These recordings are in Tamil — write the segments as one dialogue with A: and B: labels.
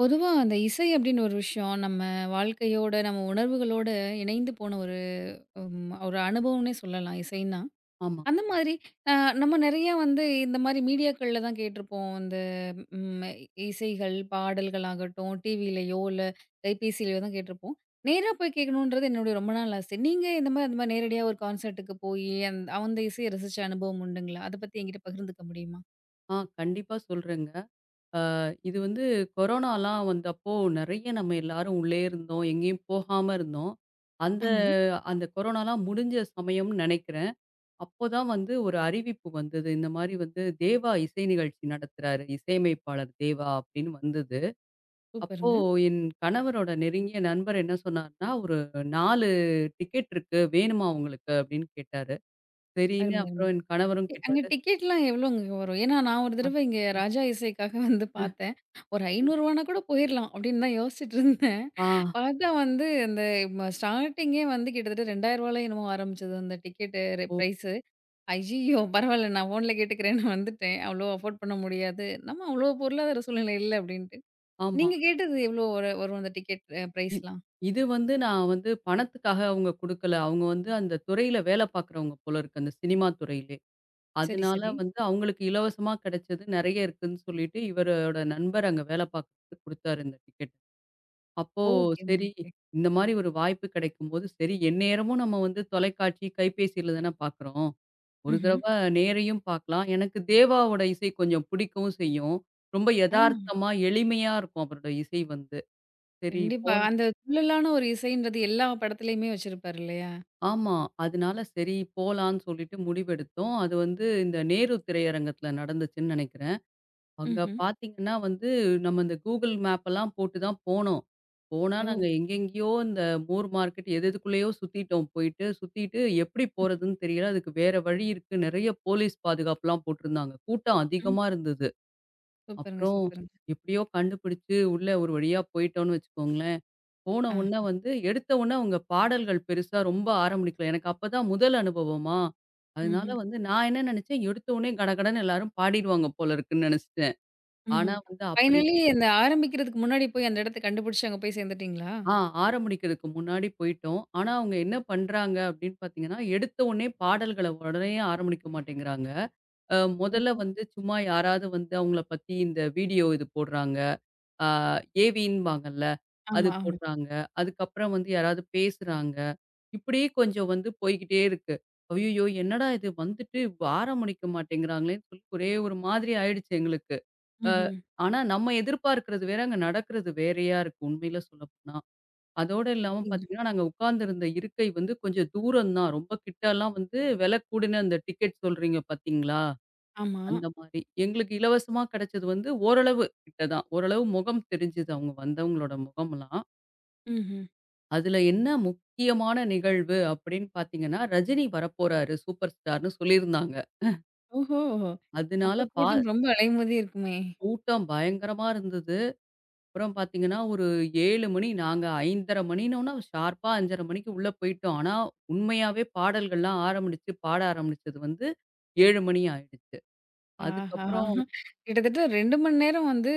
A: பொதுவா அந்த இசை அப்படின்னு ஒரு விஷயம் நம்ம வாழ்க்கையோட, நம்ம உணர்வுகளோட இணைந்து போன ஒரு அனுபவம்னே சொல்லலாம் இசைன்னா.
B: ஆமா.
A: அந்த மாதிரி அ நம்ம நெறையா வந்து இந்த மாரி மீடியாக்கள்ல தான் கேட்டுருப்போம். இந்த ம் இசைகள், பாடல்கள் ஆகட்டும், டிவிலயோ இல்ல கைபேசியிலயோ தான் கேட்டுருப்போம். நேரா போய் கேட்கணுன்றது என்னுடைய ரொம்ப நாள் ஆசை. நீங்க இந்த மாரி அந்த மாரி நேரடியா ஒரு கான்சர்ட்டுக்கு போயி, அந்த அந்த இசைய ரசிச்ச அனுபவம் உண்டுங்களா? அத பத்தி என்கிட்ட பகிர்ந்துக்க முடியுமா?
B: கண்டிப்பா சொல்றேங்க. அ இது வந்து கொரோனாலாம் வந்தப்போ நெறைய நம்ம எல்லாரும் உள்ளே இருந்தோம். எங்கேயும் போகாம இருந்தோம். அந்த
A: ஆமா.
B: அந்த கொரோனாலாம் முடிஞ்ச சமயம்னு நெனைக்கிறேன். அப்போதான் வந்து ஒரு அறிவிப்பு வந்தது. இந்த மாரி வந்து தேவா இசை நிகழ்ச்சி நடத்துறாரு. இசையமைப்பாளர் தேவா அப்படின்னு வந்தது. அப்போ
A: சூப்பருங்க.
B: என் கணவரோட நெருங்கிய நண்பர் என்ன சொன்னார்ன்னா, "ஒரு 4 டிக்கெட் இருக்கு. வேணுமா உங்களுக்கு?" அப்படின்னு கேட்டாரு. சரின்னு
A: அருமை, அருமை.
B: அப்புறம் என் கணவரும்
A: அங்க
B: கேட்டாரு.
A: டிக்கெட்லாம் எவ்வளோங்க வரும்? ஏன்னா நான் ஒரு
B: அ
A: தடவ இங்க ராஜா இசைக்காக வந்து பார்த்தேன். ஒரு ரூ. 500 கூட போயிரலாம் அப்படின்னு தான் யோசிச்சுட்டு இருந்தேன்.
B: ஆ.
A: பார்த்தா வந்து அந்த ஸ்டார்ட்டிங்கே வந்து கிட்டத்தட்ட ரூ. 2000 என்னமோ ஆரம்பிச்சது அந்த டிக்கெட்டு
B: ஓ!
A: பிரைஸு. ஐய்யய்யோ! பரவாயில்ல, நான் ஃபோன்ல கேட்டுக்கிறேன்னு வந்துட்டேன். அவ்வளோ அஃபோர்ட் பண்ண முடியாது. நம்ம அவ்வளோ பொருளாதார சூழ்நிலை இல்ல அப்படின்ட்டு.
B: ஆமா.
A: நீங்க கேட்டது எவ்வளோ வரும் அந்த டிக்கெட்
B: இ
A: பிரைஸ்லாம்?
B: இது வந்து நான் வந்து பணத்துக்காக அவங்க குடுக்கல. அவங்க வந்து அந்த துறையில வேலை பார்க்குறவங்க போல இருக்கு. அந்த சினிமா துறையிலே.
A: சரி,
B: அதனால
A: சரி.
B: வந்து அவங்களுக்கு இலவசமா கிடைச்சது நெறைய இருக்குன்னு சொல்லிட்டு, இவரோட நண்பர் அங்க வேலை பார்க்குறதுக்கு குடுத்தாரு இந்த டிக்கெட். அப்போ
A: ஓகேங்க.
B: சரி,
A: ஓகே.
B: இந்த மாரி ஒரு வாய்ப்பு கிடைக்கும்போது, சரி எந்நேரமும் நம்ம வந்து தொலைக்காட்சி, கைபேசியில தானே பார்க்குறோம். ஒரு
A: ம்ஹ்ம்.
B: தடவ நேரையும் பார்க்கலாம். எனக்கு தேவாவோட இசை கொஞ்சம் பிடிக்கவும் செய்யும். ரொம்ப
A: ஆ,
B: எதார்த்தமா, எளிமையா இருக்கும் அவரோட இசை வந்து. சரி
A: கண்டிப்பா.
B: போல
A: அந்த துள்ளலான ஒரு இசைன்றது எல்லா படத்துலயுமே வச்சிருப்பாரு இல்லையா?
B: ஆமா. அதனால சரி போலான்னு சொல்லிட்டு முடிவெடுத்தோம். அது வந்து இந்த நேரு திரையரங்கத்துல நடந்துச்சுன்னு நெனைக்கிறேன். அங்க
A: ம்ஹ்ம்.
B: பார்த்தீங்கன்னா வந்து, நம்ம இந்த Google மேப்பெல்லாம் போட்டு தான் போனோம். போனா
A: ஓ!
B: நாங்க எங்கெங்கேயோ இந்த மூர் மார்க்கெட் எது எதுக்குள்ளேயோ சுத்திட்டோம் போயிட்டு. சுத்திட்டு எப்படி போறதுன்னு தெரியல. அதுக்கு வேற வழி இருக்கு. நெறைய போலீஸ் பாதுகாப்புலாம் போட்டிருந்தாங்க. கூட்டம் அதிகமா
A: ம்.
B: இருந்தது.
A: சூப்பருங்க,
B: அப்புறம்
A: சூப்பருங்க.
B: எப்படியோ கண்டுபிடிச்சு உள்ள ஒரு வழியா போயிட்டோம்னு வச்சுக்கோங்களேன். போன
A: ஆ.
B: உடனே வந்து எடுத்த உடனே அவங்க பாடல்கள் பெருசா ரொம்ப ஆரம்பிக்கல. எனக்கு அப்பதான் முதல் அனுபவமா. அதனால
A: ம்ஹ்ம்,
B: வந்து நான் என்ன நினைச்சேன், எடுத்த உடனே கடகடன்னு எல்லாரும் பாடிடுவாங்க போல இருக்குன்னு நினைச்சுட்டேன். ஆனா
A: ம்ஹ்ம்.
B: வந்து அப்படி
A: ஃபைனலி இந்த ஆரம்பிக்கிறதுக்கு முன்னாடி போய் அந்த இடத்த கண்டுபிடிச்சு அங்க போய் சேர்ந்துட்டீங்களா?
B: ஆ ஆரம்பிக்கிறதுக்கு முன்னாடி போயிட்டோம். ஆனா அவங்க என்ன பண்றாங்க அப்படின்னு பார்த்தீங்கன்னா, எடுத்த உடனே பாடல்கள உடனே ஆரம்பிக்க மாட்டேங்கிறாங்க. முதல்ல
A: ஓஹோ!
B: வந்து சும்மா யாராவது வந்து அவங்கள பத்தி இந்த வீடியோ இது போடுறாங்க. ஆ ஏவின்பாங்கல்ல. அது
A: ஆமா, ஆமா.
B: போடுறாங்க. அதுக்கப்புறம் வந்து யாராவது பேசுறாங்க. இப்படியே கொஞ்சம் வந்து போய்க்கிட்டே இருக்கு. ஐய்யயோ! என்னடா இது வந்துட்டு அடிக்க மாட்டேங்கிறாங்களேன்னு சொல்லி ஒரே ஒரு மாதிரி ஆயிடுச்சு எங்களுக்கு. அ
A: ம்ஹ்ம்.
B: ஆனா நம்ம எதிர்பார்க்கிறது வேற, அங்க நடக்கிறது வேறையா இருக்கு உண்மையில சொல்லப்போனா. அதோட இல்லாம
A: அப்டிங்களா?
B: பார்த்தீங்கன்னா, நாங்க உட்கார்ந்திருந்த இருக்கை வந்து கொஞ்சம் தூரம் தான். ரொம்ப கிட்டலாம் வந்து விலை கூடின அந்த டிக்கெட் சொல்றீங்க பார்த்தீங்களா?
A: ஆமா.
B: அந்த மாரி. எங்களுக்கு இலவசமா கிடைச்சது வந்து ஓரளவு கிட்ட தான். ஓரளவு முகம் தெரிஞ்சது அவங்க வந்தவங்களோட முகம்லாம்.
A: ம்ஹ்ம்.
B: அதுல என்ன முக்கியமான நிகழ்வு அப்படின்னு பார்த்தீங்கன்னா, ரஜினி வரப்போறாரு சூப்பர் ஸ்டார்ன்னு சொல்லியிருந்தாங்க.
A: ஓஹோ! அப்ப
B: அதனால பா
A: கூட்டம் ரொம்ப அலைமோதி இருக்குமே!
B: கூட்டம் பயங்கரமா இருந்தது. அப்புறம் பார்த்தீங்கன்னா, ஒரு 7 மணி நாங்க 5:30 மணினோன ஷார்ப்பா 5:30 மணிக்கு உள்ள போயிட்டோம். ஆனா, உண்மையாவே பாடல்கள்லாம் ஆரம்பிச்சு பாட ஆரம்பிச்சது வந்து 7 மணி ஆயிடுச்சு.
A: ஆஹா!
B: அதுக்கப்புறம்
A: கிட்டத்தட்ட 2 மணி நேரம் வந்து,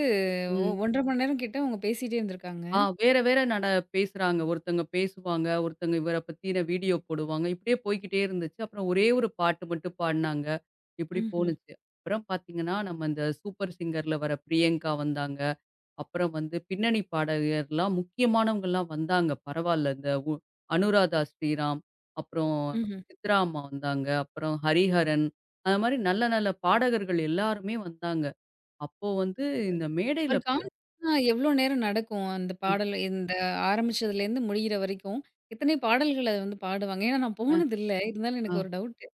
B: ம்.
A: 1 1/2 மணி நேரம் கிட்ட அவங்க பேசிட்டே இருந்திருக்காங்க.
B: ஆ வேற வேற நட பேசுறாங்க. ஒருத்தங்க பேசுவாங்க, ஒருத்தங்க இவர பத்தின வீடியோ போடுவாங்க. இப்படியே போய்க்கிட்டே இருந்துச்சு. அப்புறம் ஒரே ஒரு பாட்டு மட்டும் பாடுனாங்க. இப்படி
A: ம்ஹ்ம்,
B: போணுச்சு. அப்புறம் பார்த்தீங்கன்னா, நம்ம இந்த சூப்பர் சிங்கர்ல வர பிரியங்கா வந்தாங்க. அப்புறம் வந்து பின்னணி பாடகர்லாம் முக்கியமானவங்கலாம் வந்தாங்க. பரவால்ல. இந்த உ அனுராதா ஸ்ரீராம், அப்புறம்
A: ம்ஹ்ம்.
B: சித்ரா அம்மா வந்தாங்க. அப்புறம் ஹரிஹரன். அது மாரி நல்ல நல்ல பாடகர்கள் எல்லாருமே வந்தாங்க. அப்போ வந்து
A: சூப்பர்.
B: இந்த மேடையில
A: ஒரு
B: பெ
A: கான்சர்ட்னா எவ்ளோ நேரம் நடக்கும்? அந்த
B: ம்.
A: பாடல் இந்த ஆரம்பிச்சதுலேருந்து முடியிற வரைக்கும், எத்தனை பாடல்கள் அத வந்து பாடுவாங்க? ஏன்னா நான்
B: அ,
A: போனதில்ல. இருந்தாலும்
B: ஆ.
A: எனக்கு ஒரு டவுட்டு.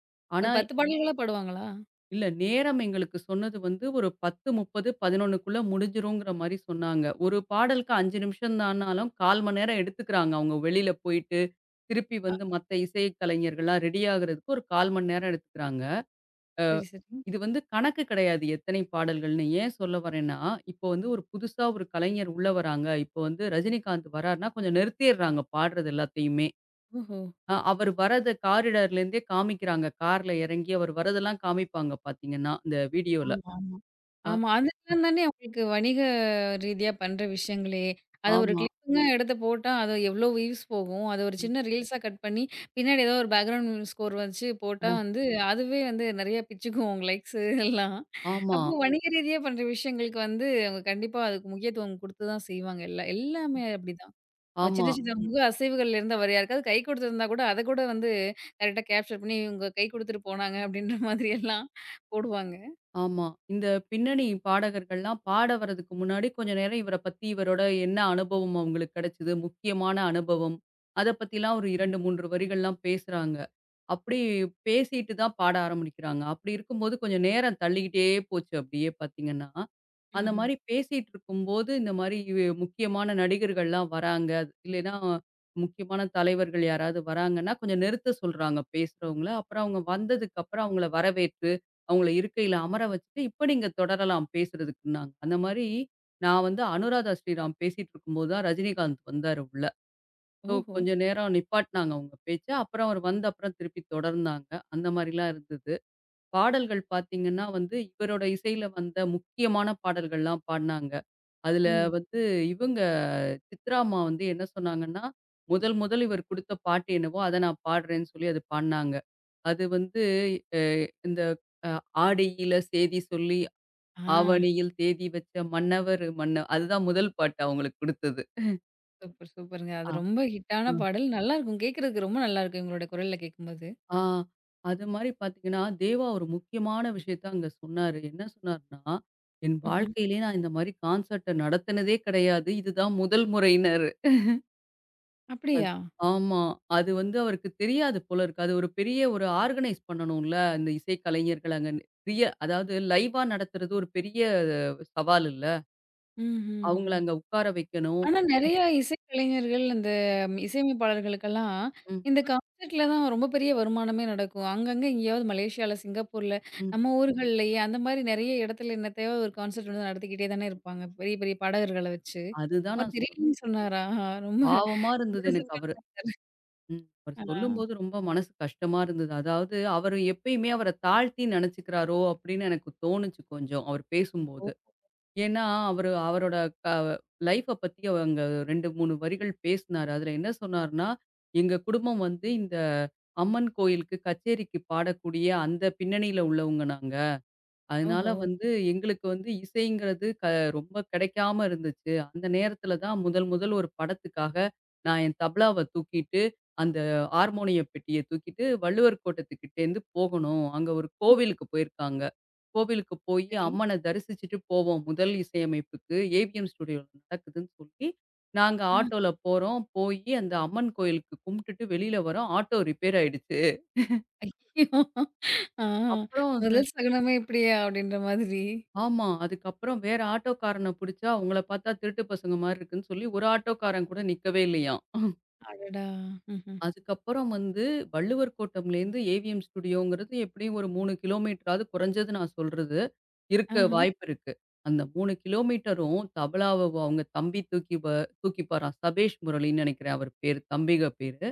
A: ஒரு
B: ஆனா
A: 10 பாடல்களா பாடுவாங்களா?
B: இல்ல நேரம் எங்களுக்கு சொன்னது வந்து ஒரு 10:30, 11க்குள்ள முடிஞ்சிருங்கிற மாரி சொன்னாங்க. ஒரு பாடலுக்கு 5 நிமிஷம் தான்னாலும் 1/4 மணி நேரம் எடுத்துக்கிறாங்க. அவங்க வெளியில போயிட்டு, திருப்பி
A: ஆ,
B: வந்து மத்த இசை கலைஞர்கள்லாம் ரெடி ஆகுறதுக்கு ஒரு 1/4 மணி நேரம் எடுத்துக்கிறாங்க. அ
A: சரி, சரி.
B: இது வந்து கணக்கு கிடையாது எத்தனை பாடல்கள்னு. ஏன் சொல்ல வரேன்னா, இப்போ வந்து ஒரு புதுசா ஒரு கலைஞர் உள்ள வராங்க. இப்போ வந்து ரஜினிகாந்த் வராருன்னா கொஞ்சம் நிறுத்திர்றாங்க பாடுறது எல்லாத்தையுமே.
A: ஓஹோ!
B: அவர் வரத காரிடார்லேருந்தே காமிக்கிறாங்க. கார்ல இறங்கி அவர் வரதெல்லாம் காமிப்பாங்க பார்த்தீங்கன்னா, இந்த
A: ஆமா,
B: வீடியோல.
A: ஆமா.
B: அ
A: ஆமா. அதுலாம் தானே உங்களுக்கு வணிக ரீதியா பண்ற விஷயங்களே! அது ஒரு
B: ஆமா.
A: கிளிப்பிங்கா எடுத்து போட்டா, அது எவ்ளோ வியூஸ் போகும். அத ஒரு சின்ன ரீல்ஸா கட் பண்ணி, பின்னாடி ஏதோ ஒரு பேக்கிரவுண்ட் ஸ்கோர் வச்சு போட்டா
B: அ
A: வந்து, அதுவே வந்து நெறைய பிச்சுக்கும் உங்க லைக்ஸ் எல்லாம்.
B: ஆமா,
A: அப்போ வணிக ரீதியா பண்ற விஷயங்களுக்கு வந்து, அவங்க கண்டிப்பா அதுக்கு முக்கியத்துவம் குடுத்து தான் செய்வாங்க. எல்லா எல்லாமே அப்படிதான். அவங்க
B: ஆமா,
A: சின்ன சின்ன முக அசைவுகள்ல இருந்து அவர் யாருக்காவது கை குடுத்திருந்தா கூட, அத கூட வந்து கரெக்ட்டா கேப்சர் பண்ணி, இவங்க கை குடுத்துட்டு போனாங்க அப்படின்ற மாதிரி எல்லாம் போடுவாங்க.
B: ஆமா. இந்த பின்னணி பாடகர்கள்லாம் பாட வரதுக்கு முன்னாடி கொஞ்ச நேரம் இவர பத்தி இவரோட என்ன அனுபவம் அவங்களுக்கு கிடைச்சது, முக்கியமான அனுபவம். அத பத்திலாம் ஒரு 2, 3 வரிகள்லாம் பேசுறாங்க. அப்படி பேசிட்டு தான் பாட ஆரம்பிக்கிறாங்க. அப்படி இருக்கும்போது கொஞ்சம் நேரம் தள்ளிக்கிட்டே போச்சு அப்படியே பார்த்தீங்கன்னா. அந்த
A: ம்ஹ்ம்.
B: மாரி பேசிட்டு இருக்கும்போது, இந்த மாரி இ முக்கியமான நடிகர்கள்லாம் வராங்க. இல்லைன்னா முக்கியமான தலைவர்கள் யாராவது வராங்கன்னா, கொஞ்சம் நிறுத்த சொல்றாங்க பேசுறவங்கள. அப்புறம் அவங்க வந்ததுக்கப்புறம் அவங்கள வரவேற்று, அவங்கள இருக்கையில அமர வச்சுட்டு, "இப்ப நீங்க தொடரலாம் பேசுறதுக்குன்னாங்க." அந்த மாரி நான் வந்து அனுராதா ஸ்ரீராம் பேசிட்டு இருக்கும்போது தான் ரஜினிகாந்த் வந்தாரு உள்ள. ஸோ
A: ஓஹோ!
B: கொஞ்ச நேரம் நிப்பாட்னாங்க அவங்க பேச்ச. அப்புறம் அவர் வந்த அப்புறம் திருப்பி தொடர்ந்தாங்க. அந்த மாரிலாம் இருந்தது. பாடல்கள் பார்த்தீங்கன்னா வந்து, இவரோட இசையில வந்த முக்கியமான பாடல்கள்லாம் பாடுனாங்க. அதுல
A: ம்.
B: வந்து இவங்க சித்ரா அம்மா வந்து என்ன சொன்னாங்கன்னா, முதல் முதல் இவர் குடுத்த பாட்டு என்னவோ, அத நான் பாடுறேன்னு சொல்லி அது பாடுனாங்க. அது வந்து அ இந்த அ ஆடியில சேதி சொல்லி,
A: ஆ.
B: ஆவணியில் தேதி வச்ச மன்னவரு மன்ன அதுதான் முதல் பாட்டு அவங்களுக்கு குடுத்தது.
A: சூப்பர், சூப்பருங்க. அது ரொம்ப ஹிட்டான
B: ஆ.
A: பாடல். நல்லாருக்கும். கேட்கறதுக்கு ரொம்ப நல்லாருக்கும், உங்களோட குரல்ல கேட்கும்போது.
B: ஆ. அது மாரி பார்த்தீங்கன்னா, தேவா ஒரு முக்கியமான விஷயத்த அங்க சொன்னாரு. என்ன சொன்னாருன்னா, "என்
A: ம்ஹ்ம்.
B: வாழ்க்கையிலேயே நான் இந்த மாரி கான்சர்ட்ட நடத்தினதே கிடையாது. இதுதான் முதல் முறையினாரு." அது
A: அப்படியா?
B: ஆமா. அது வந்து அவருக்கு தெரியாது போல இருக்கு. அது ஒரு பெரிய ஒரு ஆர்கனைஸ் பண்ணணும்ல. இந்த இசை கலைஞர்கள் அங்க நி- பெரிய அதாவது லைவா நடத்துறது ஒரு பெரிய சவால் இல்ல.
A: ம், ம்,
B: அவங்கள
A: ம்.
B: அங்க உட்கார வைக்கணும்.
A: ஆனா நெறைய இசைக்கலைஞர்கள், அந்த இசையமைப்பாளர்களுக்கெல்லாம்
B: ம்,
A: இந்த கான்செர்ட்ல தான் ரொம்ப பெரிய வருமானமே நடக்கும். அங்கங்க எங்கேயாவது மலேசியால, சிங்கப்பூர்ல,
B: ம்.
A: நம்ம ஊர்கள்லயே அந்த மாரி நெறைய இடத்துல என்னத்தையாவது ஒரு கான்செர்ட் வந்து நடத்திக்கிட்டே தானே இருப்பாங்க. பெரிய, பெரிய பாடகர்கள வச்சு.
B: அதுதான்
A: அவர்
B: நான் சொல்
A: திடீர்னு சொன்னாரா? ஆஹா, ரொம்ப
B: பாவமா இருந்தது எனக்கு.
A: interesting.
B: அவர் ம். அவர்
A: ஆ.
B: சொல்லும்போது ரொம்ப மனசு கஷ்டமா இருந்தது. அதாவது அவரு எப்பயுமே அவர தாழ்த்தி நெனச்சுக்கிறாரோ! அப்பிடின்னு எனக்கு தோணுச்சு கொஞ்சம், அவர்
A: ஓ!
B: பேசும்போது. ஏன்னா, அவரு அவரோட க லைஃப்ப பத்தி அவங்க 2, 3 வரிகள் பேசினாரு. அதுல என்ன சொன்னாருன்னா, எங்க குடும்பம் வந்து இந்த அம்மன் கோயிலுக்கு கச்சேரிக்கு பாடக்கூடிய அந்த பின்னணியில உள்ளவங்க நாங்க. அதனால
A: ஓஹோ!
B: வந்து எங்களுக்கு வந்து இசைங்கிறது ரொம்ப கிடைக்காம இருந்துச்சு. அந்த நேரத்தில தான் முதல் முதல் ஒரு படத்துக்காக நான் என் தபலாவ தூக்கிட்டு, அந்த ஹார்மோனிய பெட்டிய தூக்கிட்டு வள்ளுவர் கோட்டத்துக்கிட்டேருந்து போகணும். அங்க ஒரு கோவிலுக்கு போயிருக்காங்க. கோவிலுக்கு போயி
A: சரி.
B: அம்மன தரிசிச்சுட்டு போவோம். முதல் இசையமைப்புக்கு ஏவிஎம் ஸ்டுடியோல நடக்குதுன்னு சொல்லி, நாங்க ஆட்டோல போறோம். போயி அந்த அம்மன் கோயிலுக்கு கும்பிட்டுட்டு வெளியில வரோம். ஆட்டோ ரிப்பேர் ஆயிடுச்சு.
A: ஆ. ஆ,
B: அப்புறம்
A: முதல் சகுனமே இப்படியா? அப்படின்ற மாதிரி.
B: ஆமா. அதுக்கப்புறம் வேற ஆட்டோக்காரன புடிச்சா, உங்கள பார்த்தா திருட்டு பசங்க மாரி இருக்குன்னு சொல்லி, ஒரு ஆட்டோக்காரன் கூட நிக்கவே இல்லையாம்.
A: அடடா! ம்ஹ்ம்.
B: அதுக்கப்புறம் வந்து வள்ளுவர் கோட்டம்லேருந்து ஏவிஎம் ஸ்டுடியோங்கிறது எப்படியும் ஒரு 3 கிலோமீட்டராவது குறைஞ்சது நான் சொல்றது. இருக்க
A: ஆஹா.
B: வாய்ப்பு இருக்கு. அந்த 3 கிலோமீட்டரும் தபலாவ அவங்க தம்பி தூக்கிப்பாராம். சபேஷ் முரளின்னு நினைக்கிறேன் அவர் பேரு. தம்பிக பேரு.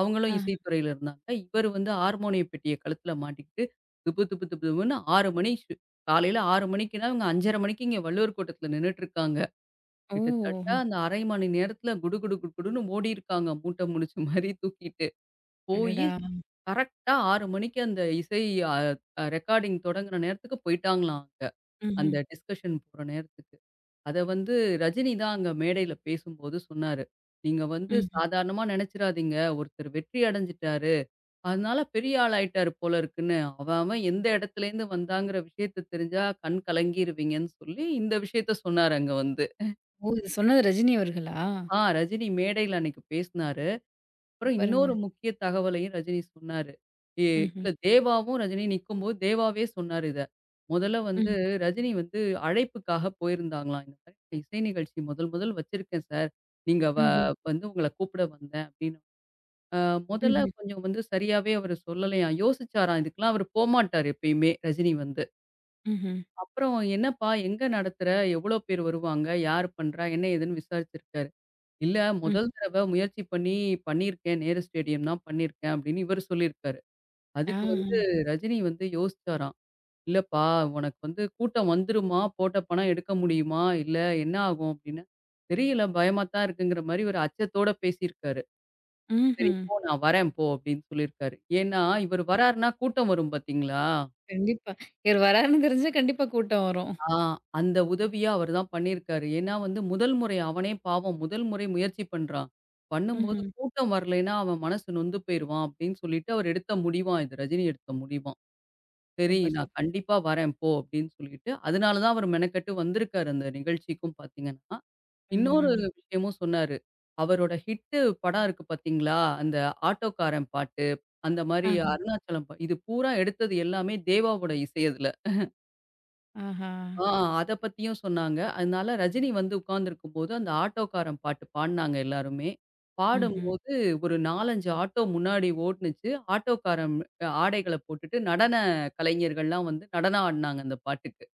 B: அவங்களும்
A: ஆஹா.
B: இசைத்துறையில இருந்தாங்க. இவர் வந்து ஹார்மோனிய பெட்டிய கழுத்தில மாட்டிக்கிட்டு திபு திபு திபு திபுன்னு 6 மணி ஷு காலையில 6 மணிக்குன்னா இவங்க 5:30 மணிக்கு இங்க வள்ளுவர் கோட்டத்தில நின்னுட்டு இருக்காங்க.
A: ஓ!
B: கிட்டத்தட்ட அந்த 1/2 மணி நேரத்தில குடு குடு குடு குடுன்னு ஓடியிருக்காங்க மூட்டை முடிச்ச மாரி தூக்கிட்டு. போயி
A: அடடா!
B: கரெக்ட்டா 6 மணிக்கு அந்த இசை அ அ ரெக்கார்டிங் தொடங்குற நேரத்துக்கு போயிட்டாங்களாம் அங்க. அந்த
A: ம்ஹ்ம்.
B: டிஸ்கஷன் போற நேரத்துக்கு. அத வந்து ரஜினி தான் அங்க மேடையில பேசும்போது சொன்னாரு. "நீங்க வந்து
A: ம்ஹ்ம்.
B: சாதாரணமா நெனச்சிராதீங்க. ஒருத்தர் வெற்றி அடைஞ்சுட்டாரு. அதனால பெரிய ஆளாயிட்டாரு போல இருக்குன்னு. அவன் அவன் எந்த இடத்துலேருந்து வந்தாங்கிற விஷயத்த தெரிஞ்சா கண் கலங்கிருவீங்கன்னு" சொல்லி இந்த விஷயத்த சொன்னாரு அங்க வந்து.
A: ஓ! இது சொன்னது ரஜினி அவர்களா?
B: ரஜினி மேடையில அன்னைக்கு பேசினாரு. அப்புறம்
A: சூப்பருங்க.
B: இன்னொரு முக்கிய தகவலையும் ரஜினி சொன்னாரு. இ
A: ம்ஹ்ம்.
B: இல்ல தேவாவும் ரஜினி நிக்கும்போது தேவாவே சொன்னாரு இத. முதல்ல வந்து
A: ம்ஹ்ம்.
B: ரஜினி வந்து அழைப்புக்காக போயிருந்தாங்களாம். இந்த மாதிரி "நான் இசை நிகழ்ச்சி முதல் முதல் வச்சிருக்கேன் சார். நீங்க வ
A: ம்ஹ்ம்.
B: வந்து உங்கள கூப்பிட வந்தேன் அப்படின்னு. அ முதல்ல
A: ம்ஹ்ம்.
B: கொஞ்சம் வந்து சரியாவே அவரு சொல்லலையாம். யோசிச்சாராம் இதுக்கெல்லாம் அவரு போமாட்டாரு எப்பயுமே ரஜினி வந்து.
A: ம்ஹ்ம்.
B: அப்புறம் என்னப்பா எங்க நடத்துற? எவ்வளோ பேர் வருவாங்க? யார் பண்றா? என்ன ஏதுன்னு விசாரிச்சிருக்காரு. இல்ல
A: ம்.
B: முதல் தடவ முயற்சி பண்ணியிருக்கேன். "நேரு ஸ்டேடியம் தான் பண்ணியிருக்கேன்" அப்படின்னு இவரு சொல்லியிருக்காரு. அதுக்கு
A: ஆஹா.
B: வந்து ரஜினி வந்து யோசிச்சாராம். "இல்லப்பா உனக்கு வந்து கூட்டம் வந்துருமா? போட்ட பணம் எடுக்க முடியுமா? இல்ல என்ன ஆகும்?" அப்படின்னு. "தெரியல பயமா தான் இருக்குங்கிற" மாரி ஒரு அச்சத்தோட பேசியிருக்காரு. "சரி
A: ம்ஹ்ம்.
B: போ நான் வரேன் போ" அப்படின்னு சொல்லியிருக்காரு. ஏன்னா இவரு வராருன்னா கூட்டம் வரும் பார்த்தீங்களா?
A: கண்டிப்பா. இவர் வராருன்னு தெரிஞ்சா கண்டிப்பா கூட்டம் வரும்.
B: ஆ அந்த உதவிய அவர் தான் பண்ணியிருக்காரு. ஏன்னா வந்து முதல் முறை அவனே பாவம் முதல் முறை முயற்சி பண்றான். பண்ணும்போது
A: ம்ஹ்ம்.
B: கூட்டம் வரலைன்னா அவன் மனசு நொந்து போயிருவான் அப்படின்னு சொல்லிட்டு அவர் எடுத்த முடிவாம் இது. ரஜினி எடுத்த முடிவாம். சரி
A: சூப்பர்,
B: நான்
A: சூப்பர்.
B: கண்டிப்பா வரேன் போ அப்படின்னு சொல்லிட்டு, அதனால தான் அவர் மெனக்கெட்டு வந்திருக்காரு அந்த நிகழ்ச்சிக்கும் பார்த்தீங்கன்னா. இன்னொரு
A: ம்ஹ்ம்.
B: விஷயமும் சொன்னாரு. அவரோட ஹிட்டு படம் இருக்கு பார்த்தீங்களா? அந்த ஆட்டோக்காரன் பாட்டு, அந்த மாரி
A: ஆஹா.
B: அருணாச்சலம் இது பூரா எடுத்தது எல்லாமே தேவாவோட இசை அதுல.
A: ஆஹா.
B: ஆ அத பத்தியும் சொன்னாங்க. அதனால ரஜினி வந்து உட்கார்ந்திருக்கும்போது, அந்த ஆட்டோக்காரன் பாட்டு பாடுனாங்க எல்லாருமே.
A: ம்ஹ்ம்.
B: பாடும்போது ஒரு 4, 5 ஆட்டோ முன்னாடி ஓடுனுச்சு. ஆட்டோக்காரன் அ ஆடைகள போட்டுட்டு நடன கலைஞர்கள்லாம் வந்து நடனம் ஆடுனாங்க அந்த பாட்டுக்கு.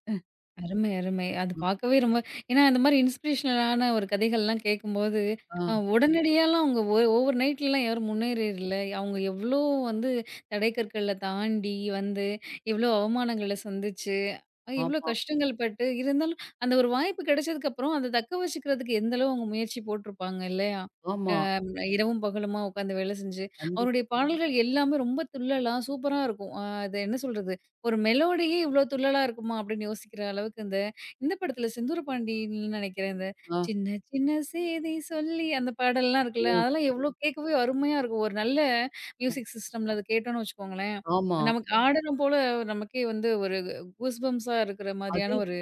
A: அருமை, அருமை. அது
B: ம்.
A: பார்க்கவே ரொம்ப, ஏன்னா அந்த மாரி இன்ஸ்பிரேஷனலான ஒரு கதைகள்லாம் கேட்கும்போது,
B: ஆ.
A: உடனடியாலாம் அவங்க ஓவர் நைட்லலாம் யாரும் முன்னேறிறல. அவங்க எவ்ளோ வந்து தடை கற்கள தாண்டி வந்து, எவ்ளோ அவமானங்கள சந்திச்சு, இவ்ளோ
B: ஆமா,
A: கஷ்டங்கள் பட்டு, இருந்தாலும் அந்த ஒரு வாய்ப்பு கிடைச்சதுக்கப்புறம், அத தக்க வச்சுக்கிறதுக்கு எந்த அளவு அவங்க முயற்சி போட்டுருப்பாங்க இல்லையா?
B: ஆமா.
A: இரவும் பகலுமா உட்காந்து வேலை செஞ்சு, அவருடைய
B: கண்டிப்பா.
A: பாடல்கள் எல்லாமே ரொம்ப துள்ளலா சூப்பரா இருக்கும். அது என்ன சொல்றது? ஒரு மெலோடியே இவ்ளோ துள்ளலா இருக்குமா? அப்படின்னு யோசிக்கிற அளவுக்கு இந்த இந்த படத்துல செந்தூர பாண்டியன்னு நெனைக்கிறேன். இந்த
B: ஆ.
A: சின்ன சின்ன சேதி சொல்லி அந்த பாடல்லாம் இருக்குல்ல,
B: ஓ!
A: அதெல்லாம் எவ்ளோ கேட்கவே அருமையா இருக்கும். ஒரு நல்ல
B: அ.
A: மியூசிக் சிஸ்டம்ல அது கேட்டோம்னு வச்சுக்கோங்களேன்,
B: ஆமா.
A: நமக்கு ஆடணும் போல, நமக்கே வந்து ஒரு கூஸ் பம்ப்ஸா இருக்கிற மாதிரியான
B: அதே
A: ஒரு.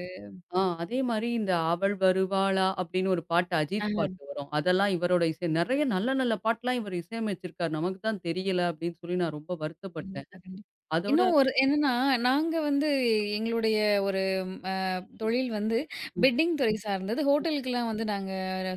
B: அதே மாரி இந்த "அவள் வருவாளா" அப்படின்னு ஒரு பாட்டு அஜித் பாட்டு வரும். அதெல்லாம் இவரோட இசை. நெறைய நல்ல நல்ல பாட்டுலாம் இவர் இசையமைச்சிருக்காரு. நமக்கு தான் தெரியல அப்படின்னு சொல்லி நான் ரொம்ப வருத்தப்பட்டேன்.
A: கண்டிப்பா, கண்டிப்பா.
B: அதோட
A: இன்னும் ஒரு என்னன்னா, நாங்க வந்து எங்களுடைய ஒரு ம், அ தொழில் வந்து
B: ம்,
A: பெட்டிங் துறை சார்ந்தது.
B: ம்.
A: ஹோட்டலுக்குலாம் வந்து நாங்க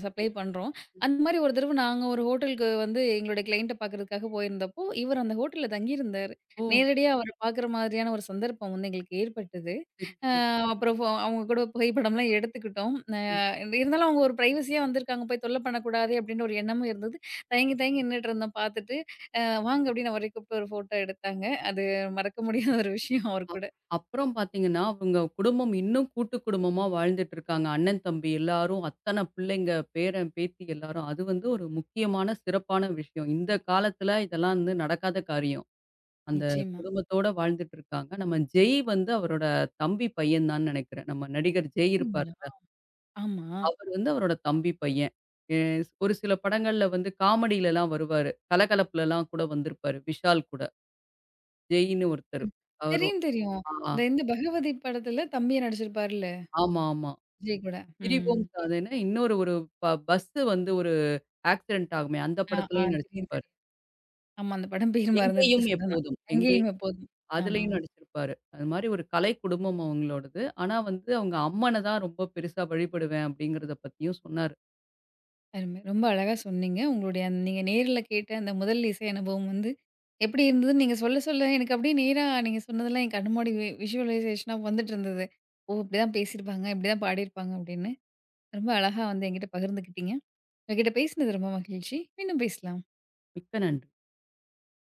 A: சப்ளை பண்றோம். அந்த மாரி ஒரு தடவ நாங்க ஒரு ஹோட்டலுக்கு வந்து எங்களுடைய கிளையண்ட்ட பார்க்கறதுக்காக போயிருந்தப்போ, இவர் அந்த ஹோட்டல்ல தங்கியிருந்தாரு.
B: ஓ!
A: நேரடியா அவர பார்க்குற மாதிரியான ஒரு சந்தர்ப்பம் வந்து எங்களுக்கு ஏற்பட்டது.
B: சரி,
A: அ
B: சரி.
A: அப்புறம் அவங்க கூட புகைப்படம்லாம் எடுத்துக்கிட்டோம்.
B: ம்.
A: இருந்தாலும் அவங்க ஒரு பிரைவசியா வந்திருக்காங்க. போய் தொல்ல பண்ணக்கூடாதே அப்டின்ற ஒரு எண்ணமும் இருந்தது. தயங்கி தயங்கி நின்னுட்டுருந்தோம் பார்த்துட்டு. அ வாங்க அப்டின்னு அவரையும் கூப்ட்டு ஒரு ஃபோட்டோ எடுத்தாங்க. அது மறக்க முடியாத ஒரு விஷயம் அவர்
B: அப்
A: கூட.
B: அப்புறம் பார்த்தீங்கன்னா, அவங்க குடும்பம் இன்னும் கூட்டு குடும்பமா வாழ்ந்துட்டு இருக்காங்க. அண்ணன், தம்பி எல்லாரும், அத்தன பிள்ளைங்க, பேரன், பேத்தி எல்லாரும். அது வந்து ஒரு முக்கியமான, சிறப்பான விஷயம். இந்த காலத்துல இதெல்லாம் வந்து நடக்காத காரியம். அந்த
A: நிச்சயமா.
B: குடும்பத்தோட வாழ்ந்துட்டு இருக்காங்க. நம்ம ஜெய் வந்து அவரோட தம்பி பையன் தான் நெனைக்கிறேன். நம்ம நடிகர் ஜெய் இருப்பார்ல,
A: அப்டிங்களா? ஆமா.
B: அவர் வந்து அவரோட தம்பி பையன். எ ஒரு சில படங்கள்ல வந்து காமெடிலலாம் வருவாரு. கலகலப்புலலாம் கூட வந்திருப்பாரு, விஷால் கூட. ஜெய்ன்னு ஒருத்தரு.
A: ம்.
B: அவரும்
A: தெரியும், தெரியும்.
B: ஆ
A: இந்த இந்த பகவதி படத்துல தம்பியா நடிச்சிருப்பார்ல,
B: ஆமா, ஆமா.
A: விஜய் கூட. ம்.
B: பிரிவோம் சாதனை இன்னொரு ஒரு பஸ் வந்து ஒரு ஆக்சிடென்ட் ஆகுமே, அந்த
A: ஆ, ஆ,
B: படத்துலயும்
A: தெரியும்,
B: நடிச்சிருப்பாரு.
A: தெரியும். ஆமா, அந்த படம் பேர்
B: எங்கேயும்
A: மறந்துருச்சு சடனா.
B: எப்போதும்.
A: "அங்கேயும் எப்போதும்."
B: அதுலயும்
A: ஆமாமா.
B: நடிச்சிருப்பாரு. அது மாரி ஒரு கலை குடும்பம் அவங்களோடது. ஆனா வந்து அவங்க அம்மன தான் ரொம்ப பெருசா வழிபடுவேன் அப்படிங்கிறத பத்தியும் சொன்னாரு.
A: அருமை. ரொம்ப அழகா சொன்னீங்க. உங்களுடைய நீங்க நேர்ல கேட்ட அந்த முதல் இசை அனுபவம் வந்து எப்படி இருந்ததுன்னு நீங்க சொல்ல, சொல்ல எனக்கு அப்படியே நேரா நீங்க சொன்னதெல்லாம் என் கண் முன்னாடி விஷுவலைசேஷனா வந்துட்டு இருந்தது. ஓ! இப்படிதான் பேசியிருப்பாங்க, இப்படிதான் பாடியிருப்பாங்க அப்படின்னு. ரொம்ப அழகா வந்து என்கிட்ட பகிர்ந்துக்கிட்டீங்க. உங்ககிட்ட பேசினது ரொம்ப மகிழ்ச்சி. மீண்டும் பேசலாம்.
B: மிக்க நன்றி.